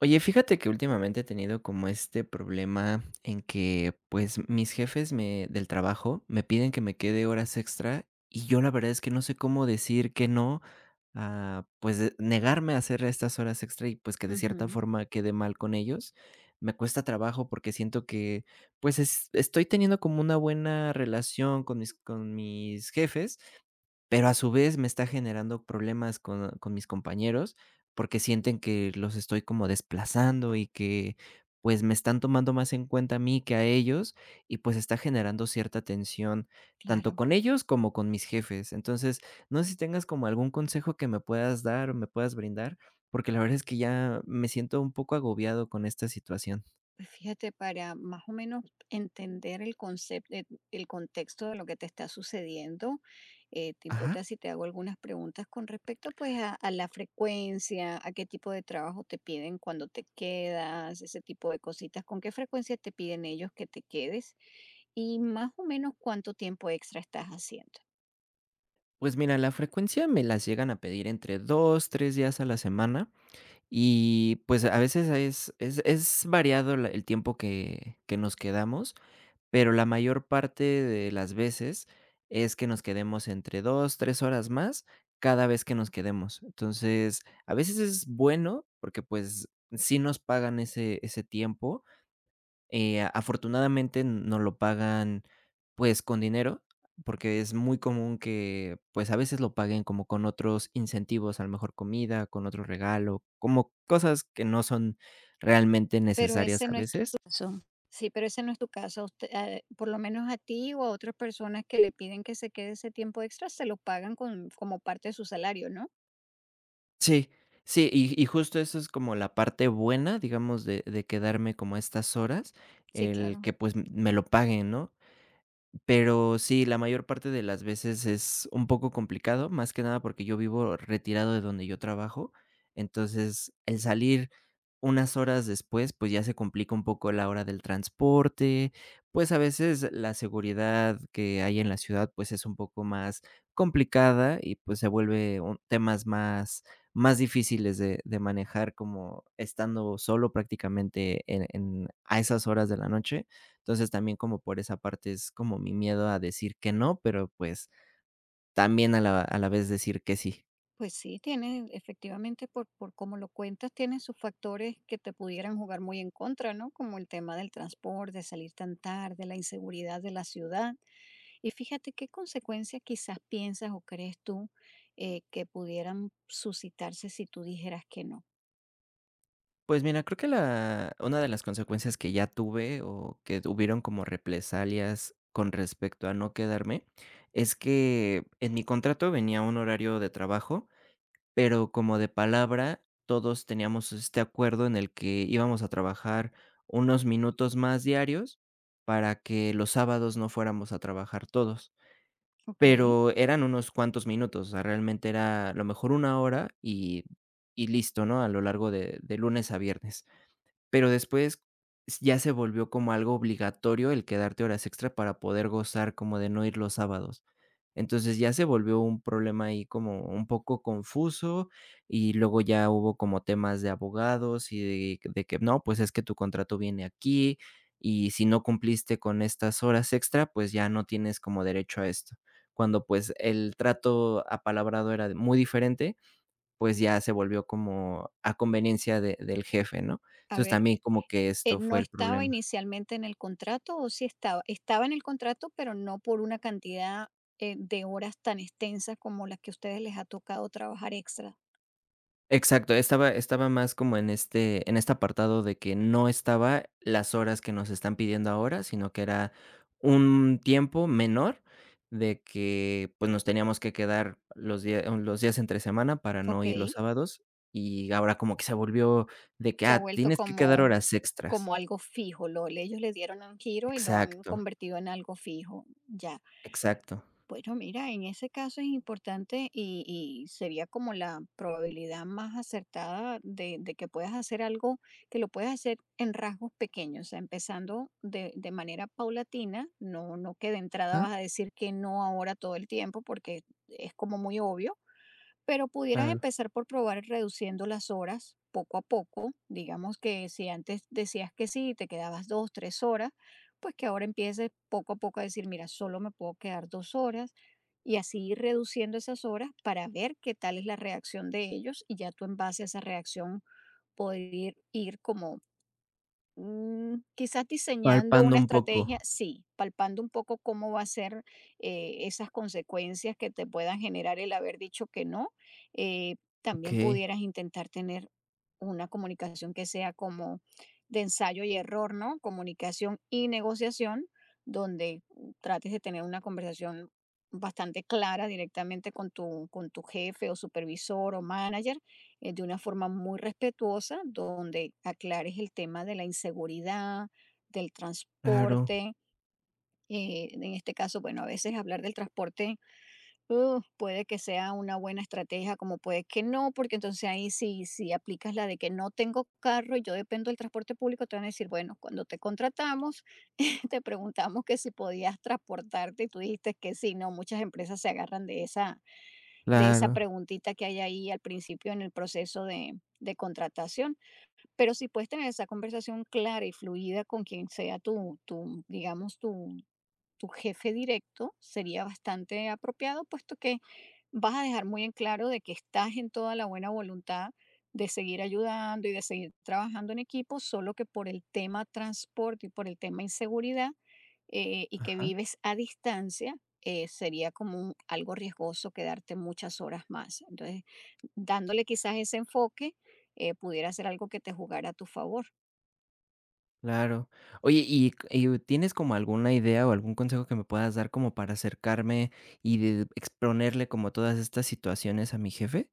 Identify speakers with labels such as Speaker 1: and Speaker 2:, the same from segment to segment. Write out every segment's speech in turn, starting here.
Speaker 1: Oye, fíjate que últimamente he tenido como este problema en que, pues, mis jefes me del trabajo me piden que me quede horas extra y yo la verdad es que no sé cómo decir que no, pues, de negarme a hacer estas horas extra y, pues, que de cierta
Speaker 2: Ujú,
Speaker 1: forma quede mal con ellos. Me cuesta trabajo porque siento que, pues, es estoy teniendo como una buena relación con mis jefes, pero a su vez me está generando problemas con mis compañeros, porque sienten que los estoy como desplazando y que, pues, me están tomando más en cuenta a mí que a ellos, y pues está generando cierta tensión, tanto
Speaker 2: claro.
Speaker 1: con ellos como con mis jefes. Entonces, no sé si tengas como algún consejo que me puedas dar o me puedas brindar, porque la verdad es que ya me siento un poco agobiado con esta situación.
Speaker 2: Pues fíjate, para más o menos entender el concepto, el contexto de lo que te está sucediendo, ¿te
Speaker 1: Ajá.
Speaker 2: importa si te hago algunas preguntas con respecto pues a la frecuencia, a qué tipo de trabajo te piden cuando te quedas, ese tipo de cositas, con qué frecuencia te piden ellos que te quedes y más o menos cuánto tiempo extra estás haciendo?
Speaker 1: Pues mira, la frecuencia me las llegan a pedir entre 2 3 días a la semana. Y, pues, a veces es variado la el tiempo que nos quedamos, pero la mayor parte de las veces es que nos quedemos entre 2 3 horas más cada vez que nos quedemos. Entonces, a veces es bueno porque, pues, sí nos pagan ese tiempo, afortunadamente nos lo pagan, pues, con dinero, porque es muy común que, pues, a veces lo paguen como con otros incentivos, a lo mejor comida, con otro regalo, como cosas que no son realmente
Speaker 2: Pero
Speaker 1: necesarias
Speaker 2: ese
Speaker 1: a
Speaker 2: no es tu
Speaker 1: veces.
Speaker 2: caso. Sí, pero ese no es tu caso. Usted, por lo menos a ti o a otras personas que le piden que se quede ese tiempo extra, se lo pagan con, como parte de su salario, ¿no?
Speaker 1: Sí, sí, y justo eso es como la parte buena, digamos, de quedarme como a estas horas,
Speaker 2: Sí,
Speaker 1: el
Speaker 2: claro.
Speaker 1: que, pues, me lo paguen, ¿no? Pero sí, la mayor parte de las veces es un poco complicado, más que nada porque yo vivo retirado de donde yo trabajo, entonces el salir unas horas después, pues ya se complica un poco la hora del transporte, pues a veces la seguridad que hay en la ciudad, pues es un poco más complicada y pues se vuelve temas más difíciles de manejar como estando solo prácticamente a esas horas de la noche. Entonces, también como por esa parte es como mi miedo a decir que no, pero, pues, también a la vez decir que sí.
Speaker 2: Pues sí, tiene, efectivamente, por cómo lo cuentas, tiene sus factores que te pudieran jugar muy en contra, ¿no? Como el tema del transporte, salir tan tarde, la inseguridad de la ciudad. Y fíjate qué consecuencias quizás piensas o crees tú que pudieran suscitarse si tú dijeras que no.
Speaker 1: Pues mira, creo que la una de las consecuencias que ya tuve, o que hubieron como represalias con respecto a no quedarme, es que en mi contrato venía un horario de trabajo, pero como de palabra, todos teníamos este acuerdo en el que íbamos a trabajar unos minutos más diarios para que los sábados no fuéramos a trabajar todos.
Speaker 2: Ok.
Speaker 1: Pero eran unos cuantos minutos, o sea, realmente era a lo mejor una hora y listo, ¿no? A lo largo de lunes a viernes. Pero después ya se volvió como algo obligatorio el quedarte horas extra para poder gozar como de no ir los sábados. Entonces, ya se volvió un problema ahí como un poco confuso, y luego ya hubo como temas de abogados y de que no, pues es que tu contrato viene aquí, y si no cumpliste con estas horas extra, pues ya no tienes como derecho a esto. Cuando, pues, el trato apalabrado era muy diferente, pues ya se volvió como a conveniencia de del jefe, ¿no?
Speaker 2: A
Speaker 1: Entonces,
Speaker 2: ver,
Speaker 1: también como que esto
Speaker 2: ¿No
Speaker 1: fue el
Speaker 2: estaba
Speaker 1: problema.
Speaker 2: inicialmente en el contrato o sí estaba? Estaba en el contrato, pero no por una cantidad, de horas tan extensas como las que a ustedes les ha tocado trabajar extra.
Speaker 1: Exacto, estaba más como en este apartado de que no estaba las horas que nos están pidiendo ahora, sino que era un tiempo menor de que, pues, nos teníamos que quedar los días entre semana para no ir los
Speaker 2: Okey,
Speaker 1: sábados, y ahora como que se volvió de que,
Speaker 2: se ha vuelto
Speaker 1: tienes que quedar
Speaker 2: como
Speaker 1: horas extras.
Speaker 2: como algo fijo, lo ellos le dieron un giro y lo han
Speaker 1: Exacto,
Speaker 2: convertido en algo fijo, ya.
Speaker 1: exacto.
Speaker 2: Bueno, mira, en ese caso es importante y sería como la probabilidad más acertada de que puedas hacer algo, que lo puedas hacer en rasgos pequeños, o sea, empezando de manera paulatina, no, no que de entrada
Speaker 1: ah
Speaker 2: vas a decir que no ahora todo el tiempo, porque es como muy obvio, pero pudieras
Speaker 1: claro,
Speaker 2: empezar por probar reduciendo las horas poco a poco. Digamos que si antes decías que sí y te quedabas dos, tres horas, pues que ahora empieces poco a poco a decir, mira, solo me puedo quedar dos horas y así ir reduciendo esas horas para ver qué tal es la reacción de ellos y ya tú en base a esa reacción poder ir, ir como quizás diseñando
Speaker 1: palpando
Speaker 2: una
Speaker 1: un
Speaker 2: estrategia,
Speaker 1: poco.
Speaker 2: sí, palpando un poco cómo va a ser esas consecuencias que te puedan generar el haber dicho que no. Eh, también
Speaker 1: Okey,
Speaker 2: pudieras intentar tener una comunicación que sea como de ensayo y error, ¿no? Comunicación y negociación, donde trates de tener una conversación bastante clara directamente con tu jefe o supervisor o manager de una forma muy respetuosa, donde aclares el tema de la inseguridad, del
Speaker 1: claro,
Speaker 2: transporte. En este caso, bueno, a veces hablar del transporte puede que sea una buena estrategia, como puede que no, porque entonces ahí si, si aplicas la de que no tengo carro y yo dependo del transporte público, te van a decir, bueno, cuando te contratamos, te preguntamos que si podías transportarte y tú dijiste que sí, no, muchas empresas se agarran de esa
Speaker 1: claro,
Speaker 2: preguntita que hay ahí al principio en el proceso de contratación. Pero si puedes tener esa conversación clara y fluida con quien sea tu, tu digamos, tu jefe directo, sería bastante apropiado, puesto que vas a dejar muy en claro de que estás en toda la buena voluntad de seguir ayudando y de seguir trabajando en equipo, solo que por el tema transporte y por el tema inseguridad, y que
Speaker 1: ajá,
Speaker 2: vives a distancia, sería como un- algo riesgoso quedarte muchas horas más. Entonces, dándole quizás ese enfoque, pudiera ser algo que te jugara a tu favor.
Speaker 1: claro. Oye, ¿y tienes como alguna idea o algún consejo que me puedas dar como para acercarme y de exponerle como todas estas situaciones a mi jefe?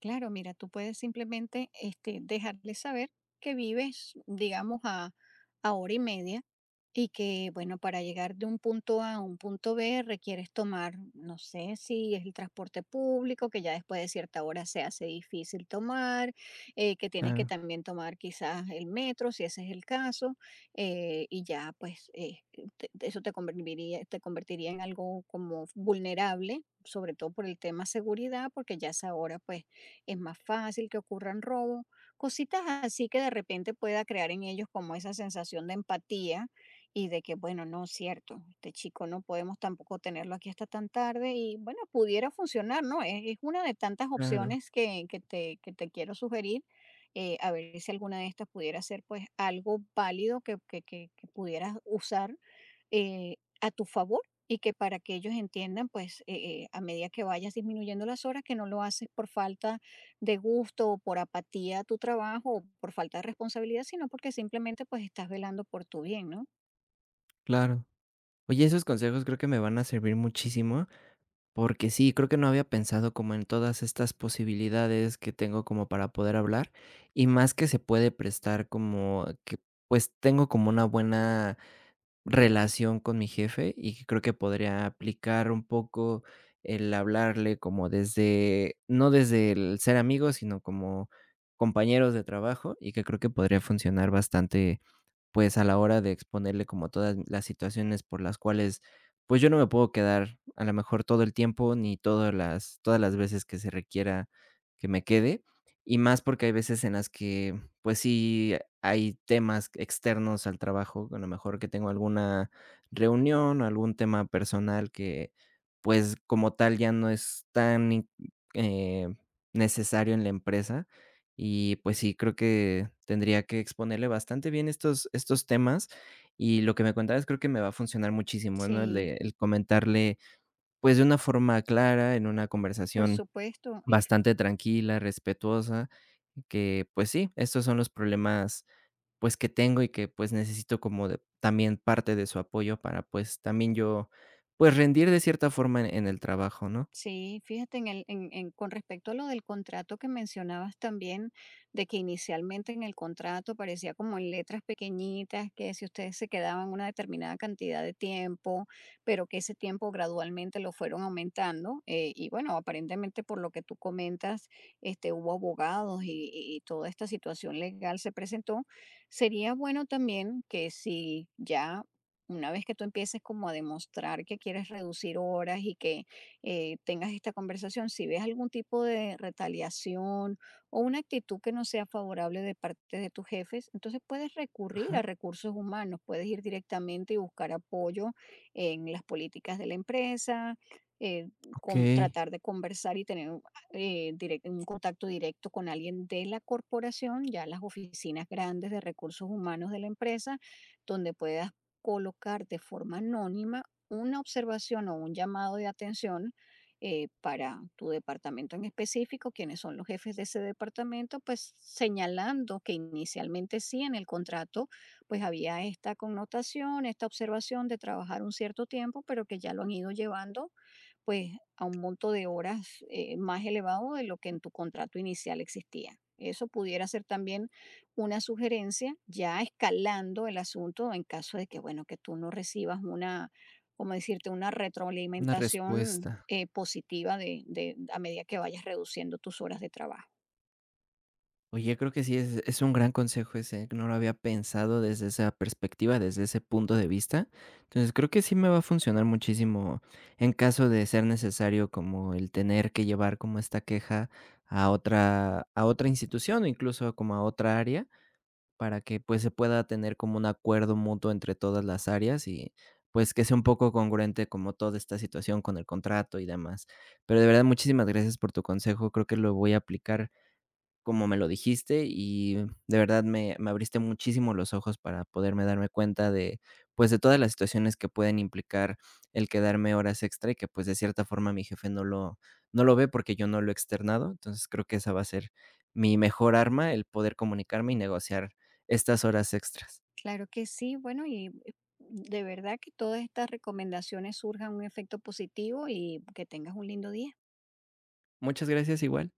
Speaker 2: Claro, mira, tú puedes simplemente este, dejarle saber que vives, digamos, a hora y media. Y que, bueno, para llegar de un punto A a un punto B requieres tomar, no sé si es el transporte público, que ya después de cierta hora se hace difícil tomar, que tienes que
Speaker 1: Claro,
Speaker 2: también tomar quizás el metro, si ese es el caso, y ya pues te- te- eso te convertiría en algo como vulnerable, sobre todo por el tema seguridad, porque ya a esa hora pues es más fácil que ocurran robos, cositas así que de repente pueda crear en ellos como esa sensación de empatía y de que, bueno, no, es cierto, este chico no podemos tampoco tenerlo aquí hasta tan tarde y bueno, pudiera funcionar, ¿no? Es una de tantas
Speaker 1: claro,
Speaker 2: opciones que te quiero sugerir, a ver si alguna de estas pudiera ser pues algo válido que pudieras usar eh, a tu favor y que para que ellos entiendan pues a medida que vayas disminuyendo las horas, que no lo haces por falta de gusto o por apatía a tu trabajo o por falta de responsabilidad, sino porque simplemente pues estás velando por tu bien, ¿no?
Speaker 1: claro. Oye, esos consejos creo que me van a servir muchísimo, porque sí, creo que no había pensado como en todas estas posibilidades que tengo como para poder hablar, y más que se puede prestar como que, pues, tengo como una buena relación con mi jefe, y que creo que podría aplicar un poco el hablarle como desde, no desde el ser amigos, sino como compañeros de trabajo, y que creo que podría funcionar bastante, pues, a la hora de exponerle como todas las situaciones por las cuales, pues, yo no me puedo quedar, a lo mejor, todo el tiempo, ni todas las veces que se requiera que me quede, y más porque hay veces en las que, pues, sí hay temas externos al trabajo, a lo mejor que tengo alguna reunión o algún tema personal que, pues, como tal, ya no es tan, eh, necesario en la empresa. Y pues sí, creo que tendría que exponerle bastante bien estos temas, y lo que me contabas creo que me va a funcionar muchísimo, ¿no? El
Speaker 2: Sí,
Speaker 1: de el comentarle, pues, de una forma clara, en una
Speaker 2: por
Speaker 1: conversación
Speaker 2: supuesto. Y
Speaker 1: bastante tranquila, respetuosa, que, pues sí, estos son los problemas, pues, que tengo y que, pues, necesito como de también parte de su apoyo para, pues, también yo, pues, rendir de cierta forma en el trabajo, ¿no?
Speaker 2: sí, fíjate en el, en- con respecto a lo del contrato que mencionabas también, de que inicialmente en el contrato parecía como en letras pequeñitas que si ustedes se quedaban una determinada cantidad de tiempo, pero que ese tiempo gradualmente lo fueron aumentando. Y bueno, aparentemente por lo que tú comentas, este, hubo abogados y toda esta situación legal se presentó. Sería bueno también que si ya... Una vez que tú empieces como a demostrar que quieres reducir horas y que tengas esta conversación. Si ves algún tipo de retaliación o una actitud que no sea favorable de parte de tus jefes, entonces puedes recurrir a
Speaker 1: Ajá.
Speaker 2: recursos humanos, puedes ir directamente y buscar apoyo en las políticas de la empresa. eh, con-
Speaker 1: Okey,
Speaker 2: tratar de conversar y tener un direc- un contacto directo con alguien de la corporación, ya las oficinas grandes de recursos humanos de la empresa, donde puedas colocar de forma anónima una observación o un llamado de atención para tu departamento en específico, quiénes son los jefes de ese departamento, pues señalando que inicialmente sí en el contrato, pues había esta connotación, esta observación de trabajar un cierto tiempo, pero que ya lo han ido llevando pues a un monto de horas más elevado de lo que en tu contrato inicial existía. Eso pudiera ser también una sugerencia, ya escalando el asunto en caso de que, bueno, que tú no recibas una, como decirte, una
Speaker 1: una
Speaker 2: retroalimentación
Speaker 1: respuesta.
Speaker 2: positiva de- a medida que vayas reduciendo tus horas de trabajo.
Speaker 1: Oye, creo que sí es un gran consejo ese, no lo había pensado desde esa perspectiva, desde ese punto de vista. Entonces, creo que sí me va a funcionar muchísimo en caso de ser necesario, como el tener que llevar como esta queja a otra institución, o incluso como a otra área, para que, pues, se pueda tener como un acuerdo mutuo entre todas las áreas y, pues, que sea un poco congruente como toda esta situación con el contrato y demás. Pero de verdad, muchísimas gracias por tu consejo, creo que lo voy a aplicar como me lo dijiste y de verdad me abriste muchísimo los ojos para poderme darme cuenta de, pues, de todas las situaciones que pueden implicar el quedarme horas extra y que, pues, de cierta forma mi jefe no lo ve porque yo no lo he externado. Entonces creo que esa va a ser mi mejor arma, el poder comunicarme y negociar estas horas extras.
Speaker 2: Claro que sí, bueno, y de verdad que todas estas recomendaciones surjan un efecto positivo y que tengas un lindo día.
Speaker 1: Muchas gracias igual.